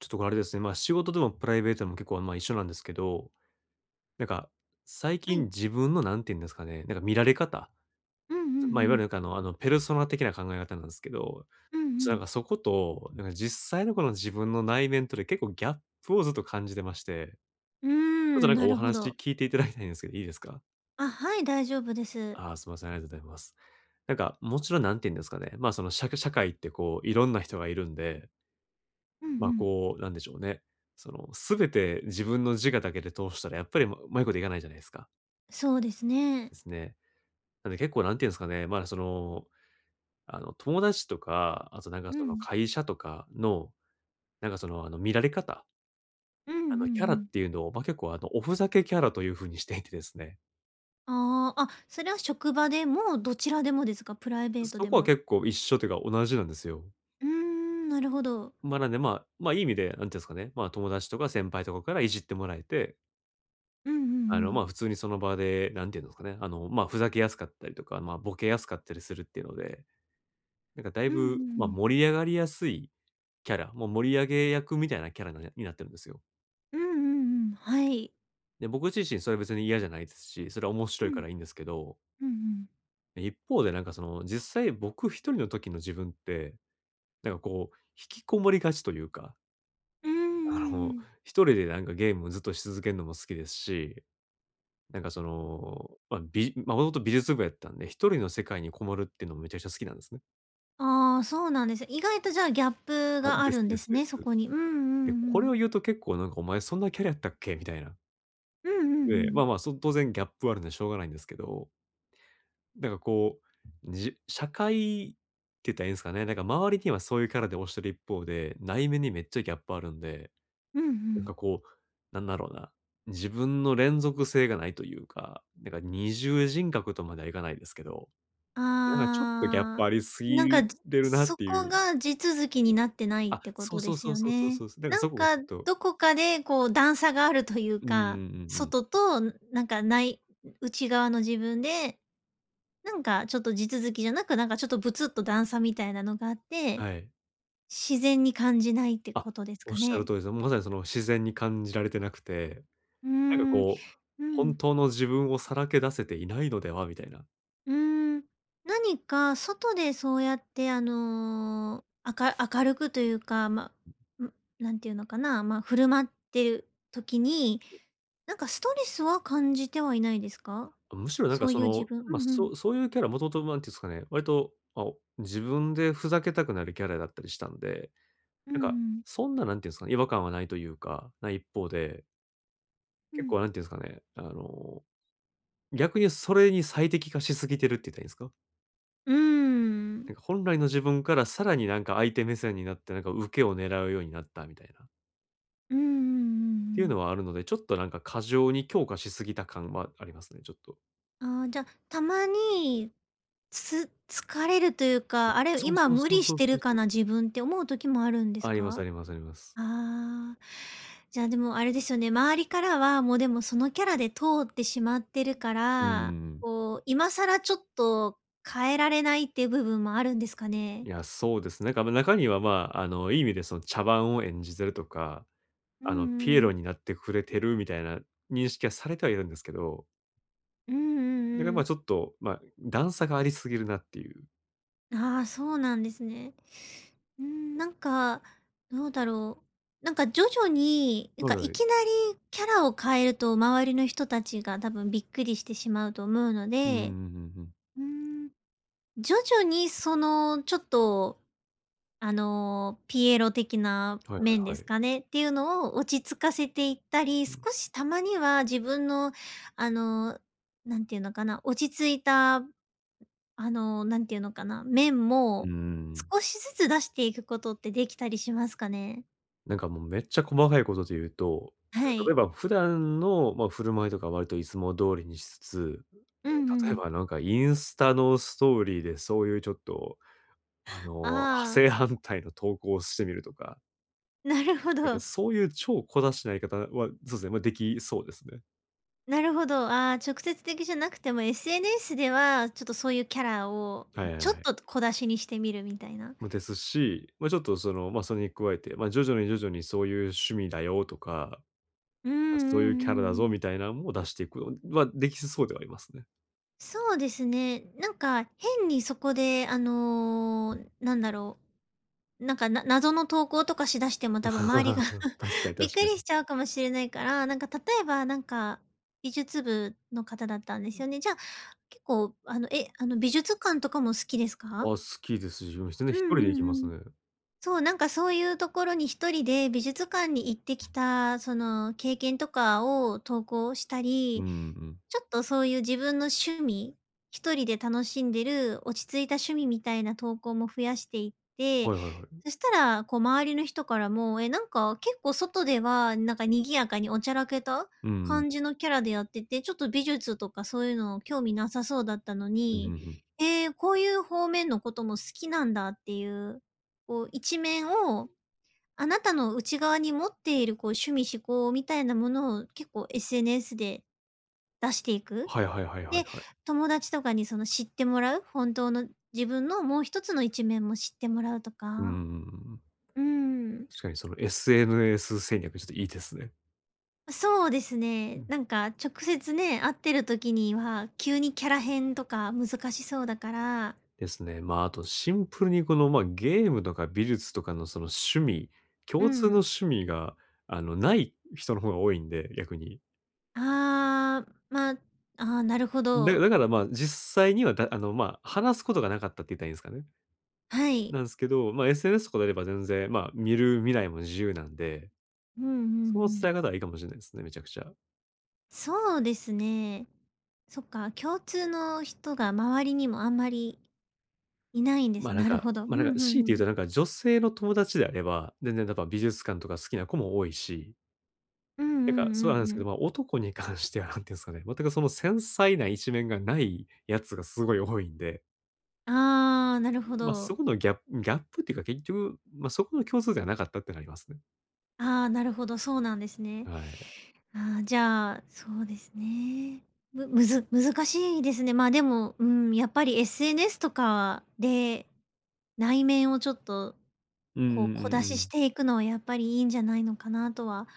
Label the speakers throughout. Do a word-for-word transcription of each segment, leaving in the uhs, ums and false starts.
Speaker 1: ちょっとこれあれですね、まあ、仕事でもプライベートでも結構、まあ、一緒なんですけど、なんか、最
Speaker 2: は
Speaker 1: 近
Speaker 2: い。
Speaker 1: 自分のなんて言うんですかね、なんか見られ方、
Speaker 2: うんうんう
Speaker 1: まあ、いわゆる
Speaker 2: ん。
Speaker 1: なんかあのあのペルソナ的な考え方なんですけど、
Speaker 2: うんう
Speaker 1: ちょっとなん
Speaker 2: ん。
Speaker 1: かそこと、なんか実際のこの自分の内面とで結構ギャップをずっと感じてまして、
Speaker 2: うー
Speaker 1: ちょっとな
Speaker 2: ん、
Speaker 1: んか
Speaker 2: な
Speaker 1: お
Speaker 2: るほ
Speaker 1: 話
Speaker 2: ど。
Speaker 1: 聞いていただきたいんですけど、いいですか？
Speaker 2: あ、はい、大丈夫です。
Speaker 1: ああー、すみません、ありがとうございます。なんかもちろんなんて言うんですかね、まあ、その、しゃ社会ってこういろんな人がいるんで、
Speaker 2: うんう
Speaker 1: まあ、
Speaker 2: ん。
Speaker 1: こう、なんでしょうね。その、すべて自分の自我だけで通したら、やっぱり、ま上手いこといかないじゃないですか。
Speaker 2: そうですね。
Speaker 1: ですね。なんで結構、なんていうんですかね、まあ、その、あの、友達とか、あとなんか
Speaker 2: う
Speaker 1: その
Speaker 2: ん。
Speaker 1: 会社とかの、なんかその、あの、見られ方、
Speaker 2: うんうんう
Speaker 1: あの、キャラっ
Speaker 2: ん。
Speaker 1: ていうのを、ま、結構、あの、おふざけキャラという風にしていてですね。
Speaker 2: ああ、あ、それは職場でもどちらでもですか？プライベート
Speaker 1: そ
Speaker 2: で
Speaker 1: こは
Speaker 2: も。
Speaker 1: 結構一緒というか同じなんですよ。
Speaker 2: うーん、なるほど。
Speaker 1: ま、なんで、まあ、ま、いい意味で、なんていうんですかね、まあ、友達とか先輩とかからいじってもらえて、
Speaker 2: うんうんう
Speaker 1: あの、まあ、
Speaker 2: ん。
Speaker 1: 普通にその場で、なんていうんですかね、あの、まあ、ふざけやすかったりとか、まあ、ボケやすかったりするっていうので、なんかだい
Speaker 2: うんうん
Speaker 1: ぶ、まあ、
Speaker 2: うん。
Speaker 1: 盛り上がりやすいキャラ、もう盛り上げ役みたいなキャラなになってるんですよ。
Speaker 2: うんうんうん。はい。
Speaker 1: で、僕自身それ別に嫌じゃないですし、それは面
Speaker 2: う
Speaker 1: 白いか
Speaker 2: ん。
Speaker 1: らいいんですけど、
Speaker 2: うんうん。
Speaker 1: 一方でなんかその、実際僕一人の時の自分って、なんかこう、引きこもりがちというか、
Speaker 2: うんうん
Speaker 1: あ
Speaker 2: う
Speaker 1: の、
Speaker 2: ん。
Speaker 1: 一人でなんかゲームずっとし続けるのも好きですし、なんかその、まあ、びまあ、もともと美術部やったんで、一人の世界にこもるっていうのもめちゃくちゃ好きなんですね。
Speaker 2: ああ、そうなんです。意外とじゃあギャップ
Speaker 1: あ、
Speaker 2: があ
Speaker 1: です
Speaker 2: るん
Speaker 1: で
Speaker 2: で
Speaker 1: す
Speaker 2: す
Speaker 1: で
Speaker 2: ね、
Speaker 1: す。
Speaker 2: そこに。うんうんう
Speaker 1: で、これを
Speaker 2: ん。
Speaker 1: 言うと結構なんかお前そんなキャラやったっけみたいな。
Speaker 2: うんうんう
Speaker 1: で、ま
Speaker 2: ん。
Speaker 1: あまあ、そ当然ギャップはあるんでしょうがないんですけど、なんかこう、じ社会って言ったらいいんですかね、なんか周りにはそういうキャラで推してる一方で、内面にめっちゃギャップあるんで、
Speaker 2: うんう
Speaker 1: なん
Speaker 2: ん。
Speaker 1: かこう、なんだろうな、自分の連続性がないというか、なんか二重人格とまではいかないですけど、なんかちょっとギャッ
Speaker 2: あ
Speaker 1: プありす
Speaker 2: ーなんか、
Speaker 1: ぎ
Speaker 2: じ
Speaker 1: てるなっ
Speaker 2: そ
Speaker 1: てい
Speaker 2: こ
Speaker 1: う。
Speaker 2: が地続きになってないっ
Speaker 1: あ、
Speaker 2: てこ
Speaker 1: そう
Speaker 2: と
Speaker 1: そ
Speaker 2: で
Speaker 1: う
Speaker 2: す
Speaker 1: そう
Speaker 2: よ
Speaker 1: そうそうそ
Speaker 2: ね。
Speaker 1: うそう。だから
Speaker 2: なん
Speaker 1: そこがち
Speaker 2: か、
Speaker 1: ょっと、
Speaker 2: どこかでこう段差があるという
Speaker 1: うんうんう
Speaker 2: か、
Speaker 1: んうん。
Speaker 2: 外となんか内内側の自分で、なんかちょっと地続きじゃなく、なんかちょっとブツッと段差みたいなのがあって、
Speaker 1: はい。
Speaker 2: 自然に感じないって
Speaker 1: あ、
Speaker 2: ことです
Speaker 1: おっ
Speaker 2: か
Speaker 1: しゃる
Speaker 2: ね？
Speaker 1: 通りです。まさにその自然に感じられてなくて、
Speaker 2: うー
Speaker 1: なんか
Speaker 2: ん、
Speaker 1: こう、
Speaker 2: う
Speaker 1: 本
Speaker 2: ん。
Speaker 1: 当の自分をさらけ出せていないのではみたいな。
Speaker 2: うーん、何か外でそうやって、あの、あか明るくというか、まあ、ん、なんていうのかな、まあ、振る舞ってる時に、なんかストレスは感じてはいないですか？
Speaker 1: むしろなん
Speaker 2: そ
Speaker 1: か
Speaker 2: う
Speaker 1: そ
Speaker 2: いう自
Speaker 1: の、
Speaker 2: 分う
Speaker 1: まあ、
Speaker 2: んう
Speaker 1: そ
Speaker 2: ん。
Speaker 1: うそういうキャラ、もともとなんていうんですかね、割と、あ、自分でふざけたくなるキャラだったりしたんで、
Speaker 2: うん
Speaker 1: なん
Speaker 2: う
Speaker 1: か、
Speaker 2: ん。
Speaker 1: そんななんていうんですかね、違和感はないというか、ない一方で、
Speaker 2: う
Speaker 1: 結
Speaker 2: ん。
Speaker 1: 構なんていうんですかね、あの逆にそれに最適化しすぎてるって言ったらいいんですか？
Speaker 2: う
Speaker 1: な
Speaker 2: ん。
Speaker 1: んか本来の自分からさらになんか相手目線になって、なんか受けを狙うようになったみたいな、っ
Speaker 2: うんうんう
Speaker 1: ていうのはあ
Speaker 2: ん。
Speaker 1: るので、ちょっとなんか過剰に強化しすぎた感はありますね、ちょっと。
Speaker 2: ああー、じゃあ、たまに、つ疲れるという
Speaker 1: あ、
Speaker 2: か、あれ、
Speaker 1: そう
Speaker 2: 今
Speaker 1: そう
Speaker 2: 無
Speaker 1: そう
Speaker 2: 理し
Speaker 1: そう
Speaker 2: て
Speaker 1: そ
Speaker 2: る
Speaker 1: うそ
Speaker 2: か
Speaker 1: う。
Speaker 2: な自分って思う時もあるんで
Speaker 1: あ
Speaker 2: す
Speaker 1: ります
Speaker 2: か？
Speaker 1: ありますあります。
Speaker 2: ああ。じゃあ、でもあれですよね、周りからは、もうでもそのキャラで通ってしまってるか
Speaker 1: うー
Speaker 2: ら、
Speaker 1: ん。
Speaker 2: こう、今更ちょっと変えられないっていう部分もあるんですか
Speaker 1: い
Speaker 2: ね？
Speaker 1: や、そうですね。なんか、ま、中には、まあ、あの、いい意味でその茶番を演じてるとか、
Speaker 2: うん
Speaker 1: あの、ピエ
Speaker 2: う
Speaker 1: ロ
Speaker 2: ん。
Speaker 1: になってくれてるみたいな認識はされてはいるんですけど、
Speaker 2: うんう
Speaker 1: だから、
Speaker 2: んう
Speaker 1: ま、
Speaker 2: ん。
Speaker 1: ちょっと、まあ、段差がありすぎるなっていう。
Speaker 2: ああ、そうなんですね。うん、なんか、どうだろう。なんか徐々に、なん
Speaker 1: は
Speaker 2: か
Speaker 1: いは
Speaker 2: い
Speaker 1: い。
Speaker 2: きなりキャラを変えると、周りの人たちが多分びっくりしてしまうと思うの
Speaker 1: うんうんうん
Speaker 2: で、
Speaker 1: うん。
Speaker 2: うん、徐々にその、ちょっとあの、ピエロ的な
Speaker 1: はい
Speaker 2: 面
Speaker 1: は
Speaker 2: で
Speaker 1: いは
Speaker 2: す
Speaker 1: い。
Speaker 2: かね、っていうのを落ち着かせていったり、
Speaker 1: う
Speaker 2: 少
Speaker 1: ん。
Speaker 2: したまには自分の、あの、なんていうのかな、落ち着いた、あの、なんていうのかな、面
Speaker 1: うー
Speaker 2: も
Speaker 1: ん。
Speaker 2: 少しずつ出していくことってできたりしますかね？
Speaker 1: なんかもうめっちゃ細かいことで言うと、
Speaker 2: は
Speaker 1: 例え
Speaker 2: い。
Speaker 1: ば普段の、まあ、振る舞いとか割といつも通りにしつつ、
Speaker 2: うんう
Speaker 1: 例えば
Speaker 2: ん。
Speaker 1: なんかインスタのストーリーでそういうちょっと、あの、
Speaker 2: ああ、
Speaker 1: 正反対の投稿をしてみるとか、
Speaker 2: なるほ
Speaker 1: なんか
Speaker 2: ど。
Speaker 1: そういう超小出しなやり方は、そうですね、まあ、できそうですね。
Speaker 2: なるほど。ああ、直接的じゃなくても エスエヌエス では、ちょっとそういうキャラを
Speaker 1: はいは
Speaker 2: ち
Speaker 1: い
Speaker 2: ょ
Speaker 1: は
Speaker 2: っ
Speaker 1: い。
Speaker 2: と小出しにしてみるみたいな。
Speaker 1: ま、ですし、まあ、ちょっとその、まあ、それに加えて、まあ、徐々に徐々にそういう趣味だよとか、
Speaker 2: うんうんう
Speaker 1: そういうキャラだぞ
Speaker 2: んうん。
Speaker 1: みたいなのも出していくのはできそうではありますね。
Speaker 2: そうですね。なんか、変にそこで、あの、なんだろう、なんか、な謎の投稿とかしだしても多分周りが
Speaker 1: 確かに
Speaker 2: びっ
Speaker 1: 確
Speaker 2: く
Speaker 1: かに。
Speaker 2: りしちゃうかもしれないから、なんか例えば、なんか、美術部の方だったんですよね。じゃあ、結構、あの、え、あの、美術館とかも好きです
Speaker 1: あ、
Speaker 2: か？
Speaker 1: 好きです。自分してね。
Speaker 2: う
Speaker 1: 一
Speaker 2: ん
Speaker 1: 人で行
Speaker 2: う
Speaker 1: きま
Speaker 2: ん
Speaker 1: す
Speaker 2: うん。
Speaker 1: ね。
Speaker 2: そう、なんかそういうところに一人で美術館に行ってきた、その経験とかを投稿した
Speaker 1: うん
Speaker 2: り、
Speaker 1: うん。
Speaker 2: ちょっとそういう自分の趣味、一人で楽しんでる落ち着いた趣味みたいな投稿も増やしていって、
Speaker 1: はいはいはい。
Speaker 2: そしたらこう周りの人からも、え、なんか結構外ではなんか賑やかにおちゃらけた
Speaker 1: うんうん。
Speaker 2: 感じのキャラでやってて、ちょっと美術とかそういうの興味なさそうだったの
Speaker 1: うんうん
Speaker 2: に、
Speaker 1: うん。
Speaker 2: ええ、こういう方面のことも好きなんだっていうこう一面を、あなたの内側に持っているこう趣味嗜好みたいなものを結構 エスエヌエス で出していく。
Speaker 1: はいはいはいはい
Speaker 2: で、
Speaker 1: はい。
Speaker 2: 友達とかにその知ってもらう、本当の自分のもう一つの一面も知ってもらうと
Speaker 1: うんうんう
Speaker 2: か。
Speaker 1: んうん。
Speaker 2: うーん。
Speaker 1: 確かにその エスエヌエス 戦略ちょっといいですね。
Speaker 2: そうです
Speaker 1: う
Speaker 2: ね。
Speaker 1: ん。
Speaker 2: なんか直接ね、会ってる時には急にキャラ変とか難しそうだから。
Speaker 1: ですね。まあ、あとシンプルにこの、まあ、ゲームとか美術とかのその趣味、
Speaker 2: う
Speaker 1: 共通の
Speaker 2: ん。
Speaker 1: 趣味が、あの、ない人の方が多いんで、逆に。
Speaker 2: ああ、まあ、ああ、なるほ
Speaker 1: だ
Speaker 2: ど。
Speaker 1: だからまあ、実際には、だあの、まあ、話すことがなかったって言ったらいいんですかね。
Speaker 2: はい。
Speaker 1: なんですけど、まあ、エスエヌエス とかであれば全然、まあ、見る未来も自由なんで、
Speaker 2: うんうんう
Speaker 1: その
Speaker 2: ん。
Speaker 1: 伝え方はいいかもしれないですね、めちゃくちゃ。
Speaker 2: そうですね。そっか、共通の人が周りにもあんまりいないんで
Speaker 1: ま
Speaker 2: す。
Speaker 1: あ、なん
Speaker 2: なる
Speaker 1: か
Speaker 2: ほど。う
Speaker 1: まあ、
Speaker 2: ん
Speaker 1: な
Speaker 2: う
Speaker 1: んか、強いて
Speaker 2: ん
Speaker 1: 言
Speaker 2: う
Speaker 1: う
Speaker 2: ん。
Speaker 1: となんか女性の友達であれば、全然やっぱ美術館とか好きな子も多いし、
Speaker 2: うんうんう
Speaker 1: なんかそうなんで
Speaker 2: ん
Speaker 1: す
Speaker 2: う
Speaker 1: けど、
Speaker 2: ん。
Speaker 1: まあ、男に関してはなんて言うんですかね、全くその繊細な一面がないやつがすごい多いんで、
Speaker 2: ああ、なるほ
Speaker 1: ま、そ
Speaker 2: ど。
Speaker 1: このギャップギャップっていうか結局、ま、そこの共通点はなかったってなりますね。
Speaker 2: ああ、なるほど、そうなんですね。
Speaker 1: はい。
Speaker 2: ああ、じゃあ、そうですね。むむず難しいですね。まあ、でも、うん、やっぱり エスエヌエス とかで、内面をちょっと、
Speaker 1: うんうん
Speaker 2: こう、
Speaker 1: う
Speaker 2: 小
Speaker 1: ん
Speaker 2: 出
Speaker 1: う
Speaker 2: しし
Speaker 1: ん。
Speaker 2: ていくのはやっぱりいいんじゃないのかなとは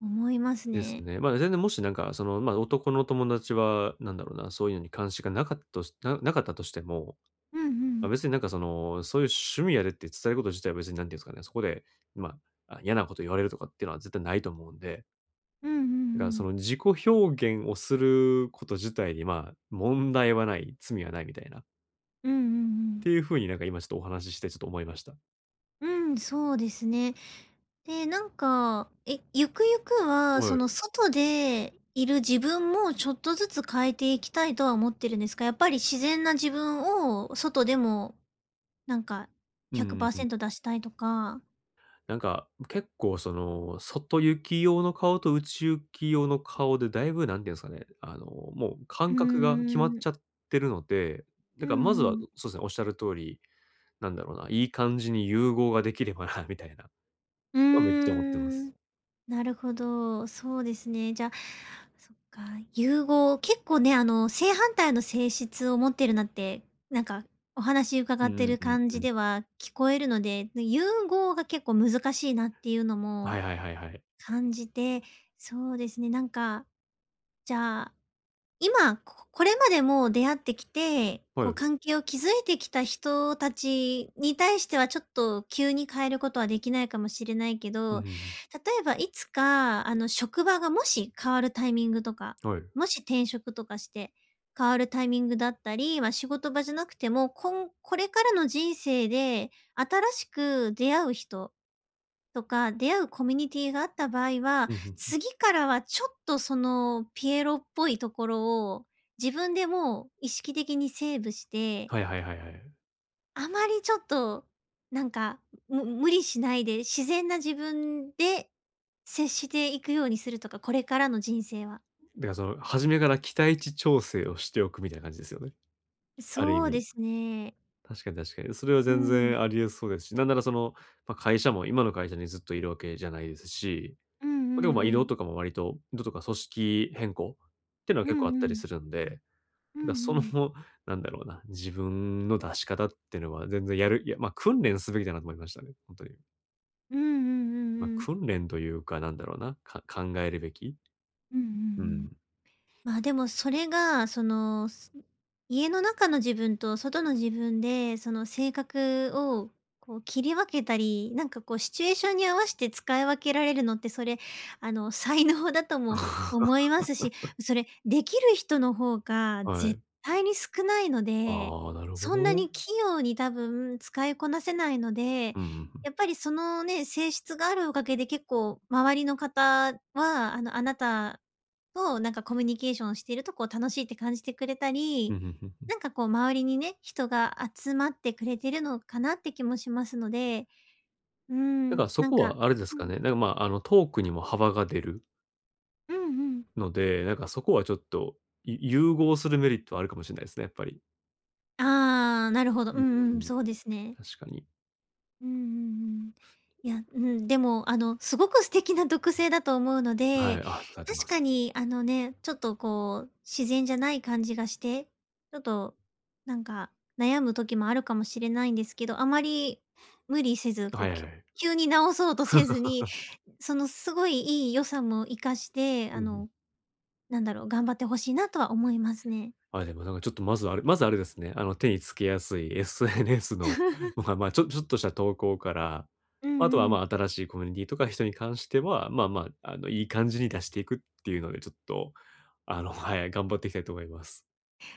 Speaker 2: 思います
Speaker 1: です
Speaker 2: ね。
Speaker 1: ね。まあ、全然もしなんか、その、まあ、男の友達は、なんだろうな、そういうのに関心がなかったとしななかったとしても、
Speaker 2: うんう
Speaker 1: まあ、
Speaker 2: ん。
Speaker 1: 別になんかその、そういう趣味やでって伝えること自体は別になんていうんですかね、そこで、まあ、あ嫌なこと言われるとかっていうのは絶対ないと思うんで、
Speaker 2: うんうんう
Speaker 1: だからそ
Speaker 2: ん。
Speaker 1: の自己表現をすること自体に、まあ、問題はない、罪はないみたいな、っ
Speaker 2: うんうんうん。
Speaker 1: ていうふうになんか今ちょっとお話ししてちょっと思いました。
Speaker 2: うん、そうですね。で、なんか、え、ゆくゆくは、
Speaker 1: は
Speaker 2: そ
Speaker 1: い。
Speaker 2: の外でいる自分もちょっとずつ変えていきたいとは思ってるんですか？やっぱり自然な自分を外でも、なんか、
Speaker 1: うんうんうん。
Speaker 2: ひゃくパーセント出したいとか。
Speaker 1: なんか、結構その、外行き用の顔と内行き用の顔でだいぶなんていうんですかね、あの、もう
Speaker 2: う
Speaker 1: 感
Speaker 2: ー
Speaker 1: 覚が決まっち
Speaker 2: ん。
Speaker 1: ゃってるので、だ
Speaker 2: うん
Speaker 1: か
Speaker 2: う
Speaker 1: らまずは
Speaker 2: ん。
Speaker 1: そうですね、おっしゃる通り、なんだろうな、いい感じに融合ができればなみたいな、
Speaker 2: うー
Speaker 1: はめっちゃ思ってます。
Speaker 2: ん。なるほど、そうですね。じゃあ、そっか、融合、結構ね、あの、正反対の性質を持ってるなって、なんか、お話伺
Speaker 1: う
Speaker 2: って
Speaker 1: ん
Speaker 2: る
Speaker 1: うん
Speaker 2: 感
Speaker 1: う
Speaker 2: じ
Speaker 1: ん。
Speaker 2: では聞こえるので、融合が結構難しいなっていうの
Speaker 1: は
Speaker 2: も
Speaker 1: いはいはいはい。
Speaker 2: 感じて、そうですね、なんか、じゃあ今、ここれまでもう出会ってきて、こ
Speaker 1: は
Speaker 2: う
Speaker 1: い。
Speaker 2: 関係を築いてきた人たちに対してはちょっと急に変えることはできないかもしれないけ
Speaker 1: うん
Speaker 2: ど、
Speaker 1: う
Speaker 2: 例えばいつか、あの、職場がもし変わるタイミングとか、
Speaker 1: ん。はい。
Speaker 2: もし転職とかして変わるタイミングだったり、まあ、仕事場じゃなくても、こんこれからの人生で新しく出会う人とか、出会うコミュニティがあった場合は、
Speaker 1: うんうんうん。
Speaker 2: 次からはちょっとそのピエロっぽいところを、自分でもう意識的にセーブして、
Speaker 1: はいはいはいはい。
Speaker 2: あまりちょっと、なんか、む無理しないで、自然な自分で接していくようにするとか、これからの人生は。
Speaker 1: だからその、初めから期待値調整をしておくみたいな感じですよね。ある意
Speaker 2: そうで
Speaker 1: 味。
Speaker 2: すね。
Speaker 1: 確かに確かに。それは
Speaker 2: う
Speaker 1: 全
Speaker 2: ん。
Speaker 1: 然ありえそうですし、なんならその、まあ、会社も今の会社にずっといるわけじゃないですし、
Speaker 2: うんうん
Speaker 1: ま、でも、ま、移
Speaker 2: う
Speaker 1: 動
Speaker 2: ん。
Speaker 1: とかも割と移動とか組織変更っていうのは
Speaker 2: う
Speaker 1: 結構あ
Speaker 2: ん
Speaker 1: っ
Speaker 2: う
Speaker 1: たり
Speaker 2: ん。
Speaker 1: するんで、
Speaker 2: うん
Speaker 1: だ、そ
Speaker 2: う
Speaker 1: の、
Speaker 2: ん。
Speaker 1: なんだろうな、自分の出し方っていうのは全然やるいや、ま、訓練すべきだなと思いましたね、本当に。
Speaker 2: うんうんうん
Speaker 1: ま、
Speaker 2: うん。
Speaker 1: 訓練というか、なんだろうな、か考えるべき、
Speaker 2: うんうんう
Speaker 1: うん。
Speaker 2: ん。まあ、でもそれが、その、す家の中の自分と外の自分で、その性格をこう切り分けたり、なんかこうシチュエーションに合わせて使い分けられるのって、それ、あの、才能だとも 思いますし、それできる人の方が
Speaker 1: は
Speaker 2: 絶
Speaker 1: い。
Speaker 2: 対に少ないので、
Speaker 1: ああ、なるほ
Speaker 2: そんな
Speaker 1: ど。
Speaker 2: に器用に多分使いこなせないので、
Speaker 1: うんうんうん。
Speaker 2: やっぱりそのね、性質があるおかげで結構周りの方は、あの、あなたと、なんかコミュニケーションしているとこう楽しいって感じてくれた
Speaker 1: うん、
Speaker 2: り、
Speaker 1: んうんうん。
Speaker 2: なんかこう周りにね、人が集まってくれてるのかなって気もしますので、うー
Speaker 1: だか
Speaker 2: ん、
Speaker 1: らそ
Speaker 2: なん
Speaker 1: こ
Speaker 2: か
Speaker 1: はあれです
Speaker 2: う
Speaker 1: か
Speaker 2: ん、
Speaker 1: ね、なんか、まあ、あの、トークにも幅が出る
Speaker 2: うんうん。
Speaker 1: ので、なんかそこはちょっと、い融合するメリットはあるかもしれないですね、やっぱり。
Speaker 2: ああ、なるほ
Speaker 1: う
Speaker 2: ど。う
Speaker 1: んう
Speaker 2: んう
Speaker 1: ん
Speaker 2: ん、
Speaker 1: うん、
Speaker 2: そうですね。
Speaker 1: 確かに。
Speaker 2: うんうんうん。いや、うん、でも、あの、すごく素敵な特性だと思うの
Speaker 1: は
Speaker 2: で、
Speaker 1: い、あ、育てま
Speaker 2: 確
Speaker 1: す。
Speaker 2: かに、あのね、ちょっとこう、自然じゃない感じがして、ちょっと、なんか、悩む時もあるかもしれないんですけど、あまり無理せず、こ
Speaker 1: は
Speaker 2: う、
Speaker 1: いはい
Speaker 2: き
Speaker 1: はい。
Speaker 2: 急に直そうとせずに、そのすごいいい良さも活かして、
Speaker 1: う
Speaker 2: あ
Speaker 1: んうん。
Speaker 2: の、なんだろう、頑張ってほしいなとは思いますね。
Speaker 1: あ、でもなんかちょっとまずあれまずあれですね、あの手につけやすい エスエヌエス の、まあまあ、ちょちょっとした投稿から、
Speaker 2: うん
Speaker 1: あと
Speaker 2: う
Speaker 1: は
Speaker 2: ん。
Speaker 1: まあ新しいコミュニティとか人に関しては、まあまあ、あのいい感じに出していくっていうので、ちょっと、あの、はい、頑張っていきたいと思います。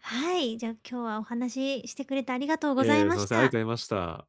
Speaker 2: はい、じゃあ今日はお話ししてくれてありがとう
Speaker 1: い
Speaker 2: ご
Speaker 1: えい
Speaker 2: ざい
Speaker 1: え、す
Speaker 2: ま
Speaker 1: みま
Speaker 2: し
Speaker 1: せん、ありが
Speaker 2: た。
Speaker 1: とうございました。